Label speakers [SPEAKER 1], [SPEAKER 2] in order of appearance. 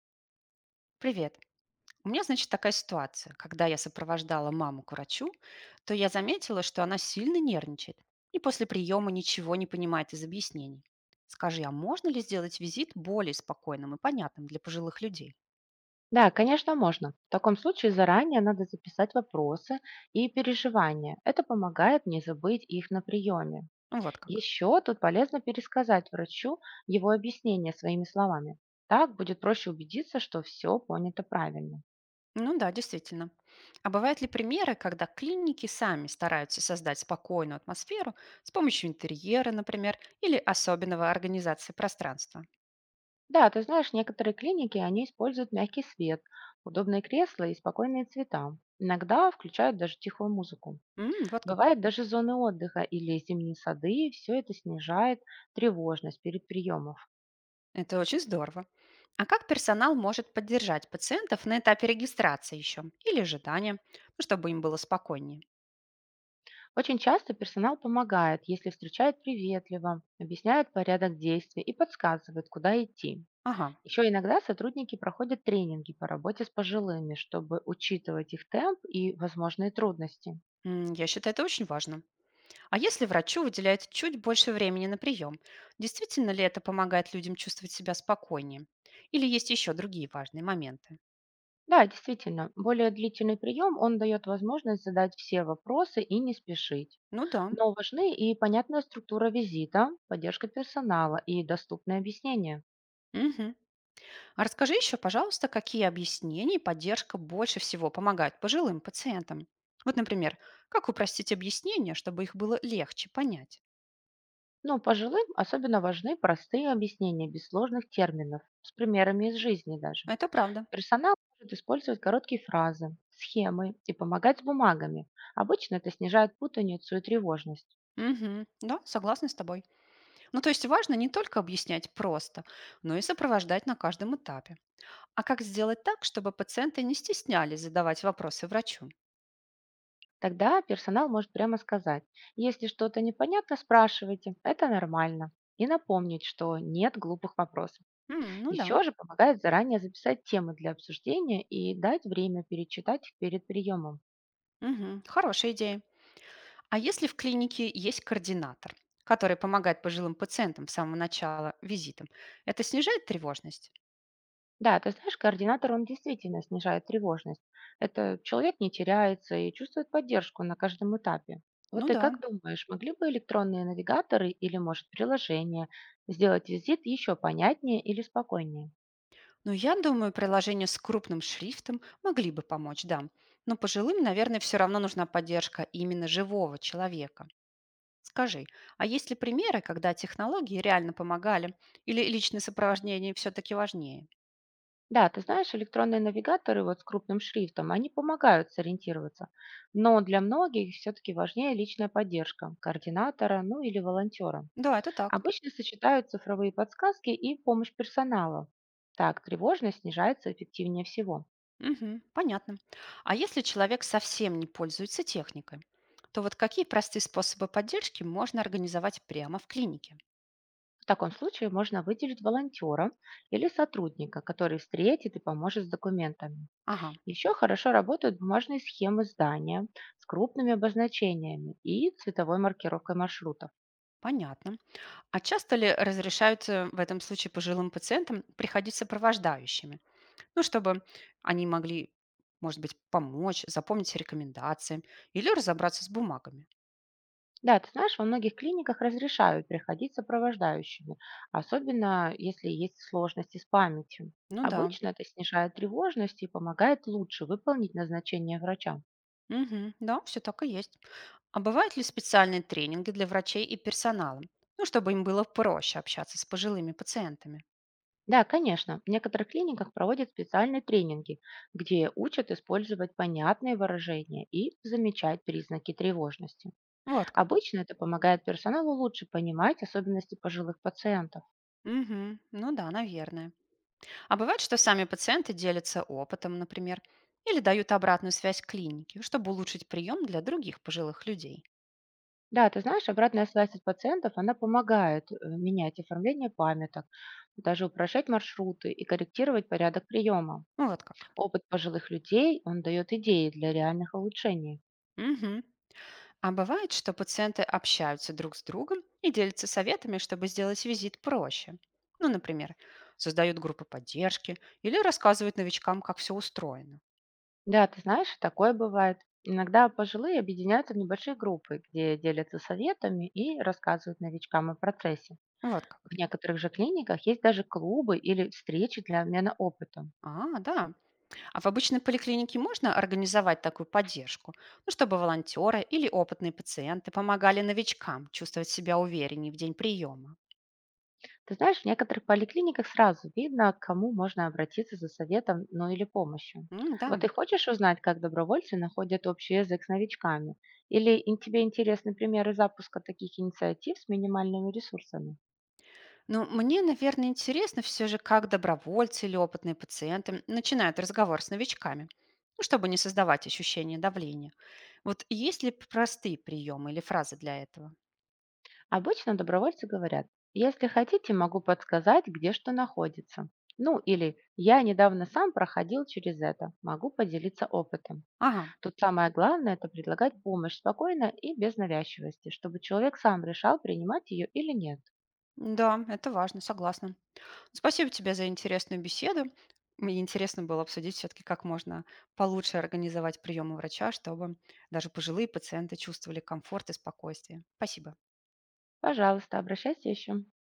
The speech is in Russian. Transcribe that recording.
[SPEAKER 1] Привет. У меня, значит, такая ситуация. Когда я сопровождала маму к врачу, то я заметила, что она сильно нервничает и после приема ничего не понимает из объяснений. Скажи, а можно ли сделать визит более спокойным и понятным для пожилых людей?
[SPEAKER 2] Да, конечно, можно. В таком случае заранее надо записать вопросы и переживания. Это помогает не забыть их на приеме.
[SPEAKER 1] Ну, вот как.
[SPEAKER 2] Еще тут полезно пересказать врачу его объяснение своими словами. Так будет проще убедиться, что все понято правильно.
[SPEAKER 1] Ну да, действительно. А бывают ли примеры, когда клиники сами стараются создать спокойную атмосферу с помощью интерьера, например, или особенного организации пространства?
[SPEAKER 2] Да, ты знаешь, некоторые клиники, они используют мягкий свет, удобные кресла и спокойные цвета. Иногда включают даже тихую музыку.
[SPEAKER 1] М, вот как.
[SPEAKER 2] Бывают даже зоны отдыха или зимние сады, все это снижает тревожность перед приемом.
[SPEAKER 1] Это очень здорово. А как персонал может поддержать пациентов на этапе регистрации еще или ожидания, ну, чтобы им было спокойнее?
[SPEAKER 2] Очень часто персонал помогает, если встречает приветливо, объясняет порядок действий и подсказывает, куда идти.
[SPEAKER 1] Ага,
[SPEAKER 2] Еще иногда сотрудники проходят тренинги по работе с пожилыми, чтобы учитывать их темп и возможные трудности.
[SPEAKER 1] м, я считаю, это очень важно. А если врачу выделяют чуть больше времени на прием, действительно ли это помогает людям чувствовать себя спокойнее? Или есть еще другие важные моменты?
[SPEAKER 2] Да, действительно, более длительный прием, он дает возможность задать все вопросы и не спешить.
[SPEAKER 1] Ну да.
[SPEAKER 2] Но важны и понятная структура визита, поддержка персонала и доступные объяснения.
[SPEAKER 1] Мгм. А расскажи еще, пожалуйста, какие объяснения и поддержка больше всего помогают пожилым пациентам? Вот, например, как упростить объяснения, чтобы их было легче понять?
[SPEAKER 2] Но пожилым особенно важны простые объяснения без сложных терминов, с примерами из жизни даже.
[SPEAKER 1] Это правда.
[SPEAKER 2] Персонал может использовать короткие фразы, схемы и помогать с бумагами. Обычно это снижает путаницу и тревожность.
[SPEAKER 1] Мгм. Да, согласна с тобой. Ну, то есть важно не только объяснять просто, но и сопровождать на каждом этапе. А как сделать так, чтобы пациенты не стеснялись задавать вопросы врачу?
[SPEAKER 2] Тогда персонал может прямо сказать, если что-то непонятно, спрашивайте, это нормально. И напомнить, что нет глупых вопросов.
[SPEAKER 1] М, ну да.
[SPEAKER 2] Еще же помогает заранее записать темы для обсуждения и дать время перечитать их перед приемом.
[SPEAKER 1] Мгм. Хорошая идея. А если в клинике есть координатор, который помогает пожилым пациентам с самого начала визитом, это снижает тревожность?
[SPEAKER 2] Да, ты знаешь, координатор, он действительно снижает тревожность. Это человек не теряется и чувствует поддержку на каждом этапе. Вот
[SPEAKER 1] Ну
[SPEAKER 2] ты
[SPEAKER 1] да.
[SPEAKER 2] как думаешь, могли бы электронные навигаторы или, может, приложение сделать визит еще понятнее или спокойнее?
[SPEAKER 1] Но я думаю, приложения с крупным шрифтом могли бы помочь, да. Но пожилым, наверное, все равно нужна поддержка именно живого человека. Скажи, а есть ли примеры, когда технологии реально помогали, или личное сопровождение все-таки важнее?
[SPEAKER 2] Да, ты знаешь, электронные навигаторы вот с крупным шрифтом, они помогают сориентироваться. Но для многих все-таки важнее личная поддержка координатора, ну или волонтера.
[SPEAKER 1] Да, это так.
[SPEAKER 2] Обычно сочетают цифровые подсказки и помощь персонала. Так тревожность снижается эффективнее всего.
[SPEAKER 1] Мгм, понятно. А если человек совсем не пользуется техникой, то вот какие простые способы поддержки можно организовать прямо в клинике?
[SPEAKER 2] В таком случае можно выделить волонтера или сотрудника, который встретит и поможет с документами.
[SPEAKER 1] Ага,
[SPEAKER 2] Еще хорошо работают бумажные схемы здания с крупными обозначениями и цветовой маркировкой маршрута.
[SPEAKER 1] понятно. А часто ли разрешаются в этом случае пожилым пациентам приходить сопровождающими? Ну, чтобы они могли, может быть, помочь, запомнить рекомендации или разобраться с бумагами.
[SPEAKER 2] Да, ты знаешь, во многих клиниках разрешают приходить сопровождающими, особенно если есть сложности с памятью.
[SPEAKER 1] Ну да.
[SPEAKER 2] Обычно это снижает тревожность и помогает лучше выполнить назначение врача.
[SPEAKER 1] Мгм. Да, все так и есть. А бывают ли специальные тренинги для врачей и персонала? Ну, чтобы им было проще общаться с пожилыми пациентами.
[SPEAKER 2] Да, конечно, в некоторых клиниках проводят специальные тренинги, где учат использовать понятные выражения и замечать признаки тревожности.
[SPEAKER 1] Вот как.
[SPEAKER 2] Обычно это помогает персоналу лучше понимать особенности пожилых пациентов.
[SPEAKER 1] Мгм. Ну да, наверное. А бывает, что сами пациенты делятся опытом, например, или дают обратную связь клинике, чтобы улучшить прием для других пожилых людей.
[SPEAKER 2] Да, ты знаешь, обратная связь от пациентов, она помогает, менять оформление памяток, даже упрощать маршруты и корректировать порядок приема.
[SPEAKER 1] Вот как.
[SPEAKER 2] Опыт пожилых людей, он дает идеи для реальных улучшений.
[SPEAKER 1] Мгм. А бывает, что пациенты общаются друг с другом и делятся советами, чтобы сделать визит проще. Ну, например, создают группы поддержки или рассказывают новичкам, как все устроено.
[SPEAKER 2] Да, ты знаешь, такое бывает. Иногда пожилые объединяются в небольшие группы, где делятся советами и рассказывают новичкам о процессе.
[SPEAKER 1] Вот как.
[SPEAKER 2] В некоторых же клиниках есть даже клубы или встречи для обмена опытом.
[SPEAKER 1] А, да. А в обычной поликлинике можно организовать такую поддержку, ну, чтобы волонтеры или опытные пациенты помогали новичкам чувствовать себя увереннее в день приема.
[SPEAKER 2] Ты знаешь, в некоторых поликлиниках сразу видно, к кому можно обратиться за советом, ну или помощью.
[SPEAKER 1] М, да.
[SPEAKER 2] Вот ты хочешь узнать, как добровольцы находят общий язык с новичками? Или тебе интересны примеры запуска таких инициатив с минимальными ресурсами?
[SPEAKER 1] Ну, мне, наверное, интересно все же, как добровольцы или опытные пациенты начинают разговор с новичками, ну, чтобы не создавать ощущение давления. Вот есть ли простые приемы или фразы для этого?
[SPEAKER 2] Обычно добровольцы говорят, если хотите, могу подсказать, где что находится. Ну или я недавно сам проходил через это, могу поделиться опытом.
[SPEAKER 1] Ага,
[SPEAKER 2] Тут самое главное — это предлагать помощь спокойно и без навязчивости, чтобы человек сам решал, принимать ее или нет.
[SPEAKER 1] да, это важно, согласна. Спасибо тебе за интересную беседу. Мне интересно было обсудить все-таки, как можно получше организовать приемы врача, чтобы даже пожилые пациенты чувствовали комфорт и спокойствие. Спасибо.
[SPEAKER 2] Пожалуйста, обращайся еще.